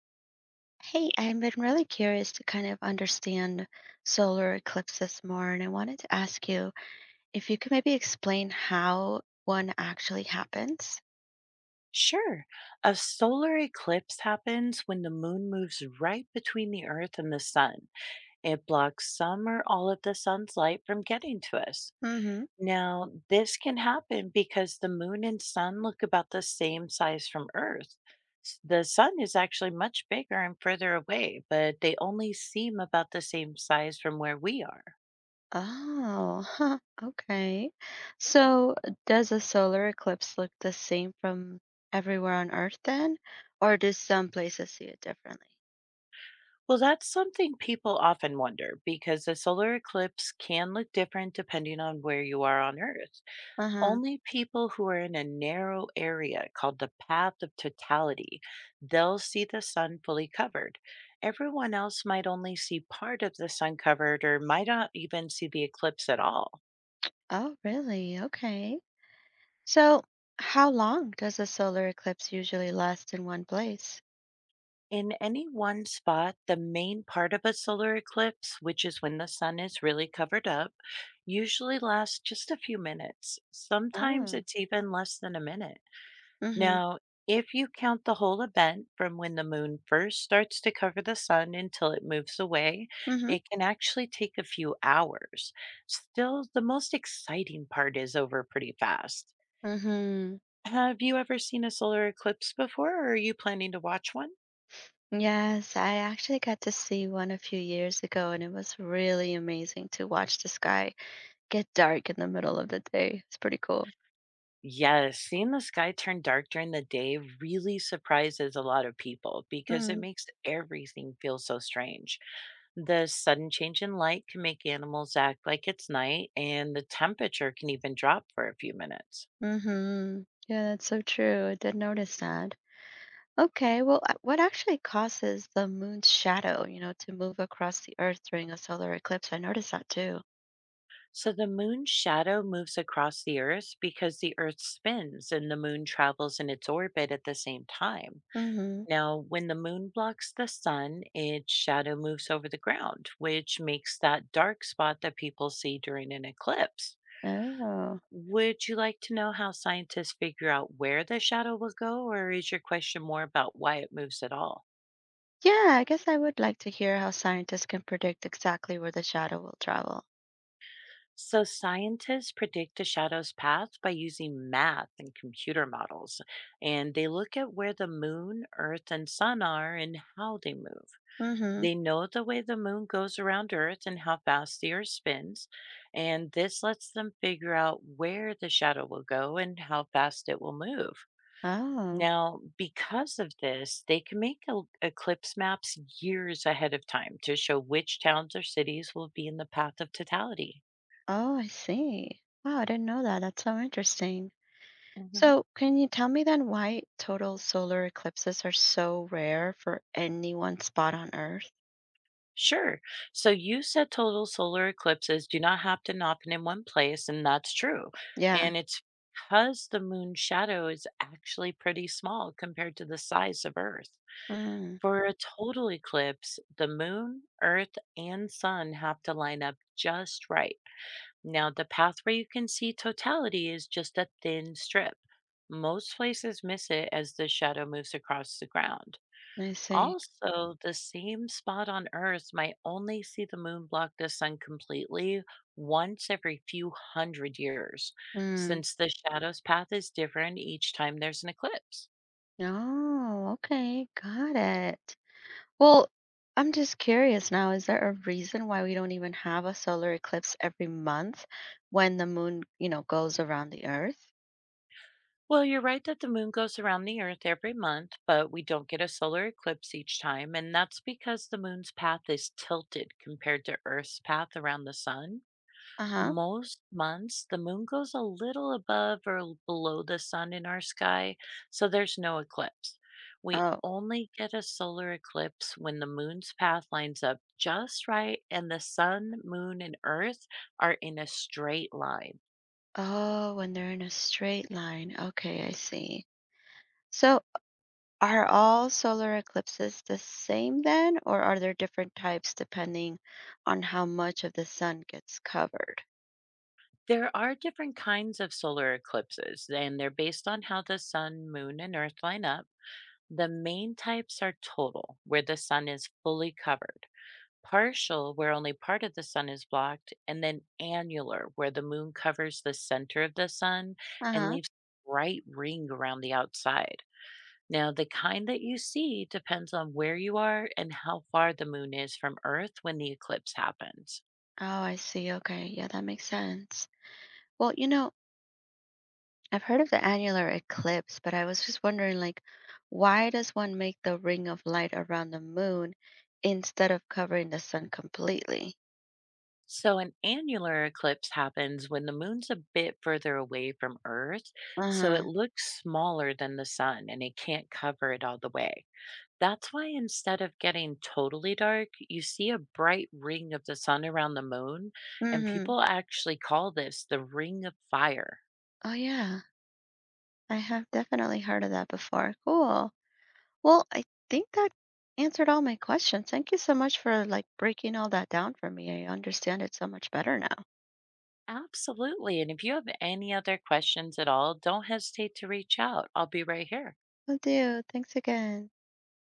Hey, I've been really curious to kind of understand solar eclipses more, and I wanted to ask you if you could maybe explain how one actually happens. Sure. A solar eclipse happens when the moon moves right between the Earth and the sun. It blocks some or all of the sun's light from getting to us. Mm-hmm. Now, this can happen because the moon and sun look about the same size from Earth. The sun is actually much bigger and further away, but they only seem about the same size from where we are. Oh, huh, okay. So, does a solar eclipse look the same from everywhere on Earth then, or do some places see it differently? Well, that's something people often wonder because a solar eclipse can look different depending on where you are on Earth. Uh-huh. Only people who are in a narrow area called the path of totality, they'll see the sun fully covered. Everyone else might only see part of the sun covered or might not even see the eclipse at all. Oh, really? Okay. So, how long does a solar eclipse usually last in one place? In any one spot, the main part of a solar eclipse, which is when the sun is really covered up, usually lasts just a few minutes. Sometimes Oh. it's even less than a minute. Mm-hmm. Now, if you count the whole event from when the moon first starts to cover the sun until it moves away, Mm-hmm. it can actually take a few hours. Still, the most exciting part is over pretty fast. Hmm. Have you ever seen a solar eclipse before, or are you planning to watch one? Yes, I actually got to see one a few years ago, and it was really amazing to watch the sky get dark in the middle of the day. It's pretty cool. Yes, seeing the sky turn dark during the day really surprises a lot of people because it Mm. makes everything feel so strange. The sudden change in light can make animals act like it's night, and the temperature can even drop for a few minutes. Mm-hmm. Yeah, that's so true. I did notice that. Okay, well, what actually causes the moon's shadow, to move across the Earth during a solar eclipse? I noticed that too. So, the moon's shadow moves across the Earth because the Earth spins and the moon travels in its orbit at the same time. Mm-hmm. Now, when the moon blocks the sun, its shadow moves over the ground, which makes that dark spot that people see during an eclipse. Oh. Would you like to know how scientists figure out where the shadow will go, or is your question more about why it moves at all? Yeah, I guess I would like to hear how scientists can predict exactly where the shadow will travel. So, scientists predict the shadow's path by using math and computer models, and they look at where the moon, earth, and sun are and how they move. Mm-hmm. They know the way the moon goes around Earth and how fast the Earth spins, and this lets them figure out where the shadow will go and how fast it will move. Oh. Now, because of this, they can make eclipse maps years ahead of time to show which towns or cities will be in the path of totality. Oh, I see. Wow, I didn't know that. That's so interesting. Mhm. So, can you tell me then why total solar eclipses are so rare for any one spot on Earth? Sure. So you said total solar eclipses do not happen often in one place, and that's true. Yeah. And it's because the moon's shadow is actually pretty small compared to the size of Earth. Mm. For a total eclipse, the moon, Earth, and sun have to line up just right. Now, the path where you can see totality is just a thin strip. Most places miss it as the shadow moves across the ground. I see. Also, the same spot on Earth might only see the moon block the sun completely once every few hundred years, Mm. since the shadow's path is different each time there's an eclipse. Oh, okay. Got it. Well, I'm just curious now, is there a reason why we don't even have a solar eclipse every month when the moon, goes around the Earth? Well, you're right that the moon goes around the Earth every month, but we don't get a solar eclipse each time, and that's because the moon's path is tilted compared to Earth's path around the sun. Uh-huh. Most months, the moon goes a little above or below the sun in our sky, so there's no eclipse. We Oh. only get a solar eclipse when the moon's path lines up just right and the sun, moon, and earth are in a straight line. Oh, when they're in a straight line. Okay, I see. So, are all solar eclipses the same then, or are there different types depending on how much of the sun gets covered? There are different kinds of solar eclipses, and they're based on how the sun, moon, and earth line up. The main types are total, where the sun is fully covered. Partial, where only part of the sun is blocked, and then annular, where the moon covers the center of the sun Uh and huh. leaves a bright ring around the outside. Now, the kind that you see depends on where you are and how far the moon is from Earth when the eclipse happens. Oh, I see. Okay. Yeah, that makes sense. Well, I've heard of the annular eclipse, but I was just wondering, like, why does one make the ring of light around the moon instead of covering the sun completely? So, an annular eclipse happens when the moon's a bit further away from Earth, Uh so huh. it looks smaller than the sun and it can't cover it all the way. That's why instead of getting totally dark, you see a bright ring of the sun around the moon, and Mm hmm. people actually call this the ring of fire. Oh, yeah. I have definitely heard of that before. Cool. Well, I think that answered all my questions. Thank you so much for like breaking all that down for me. I understand it so much better now. Absolutely. And if you have any other questions at all, don't hesitate to reach out. I'll be right here. I do. Thanks again.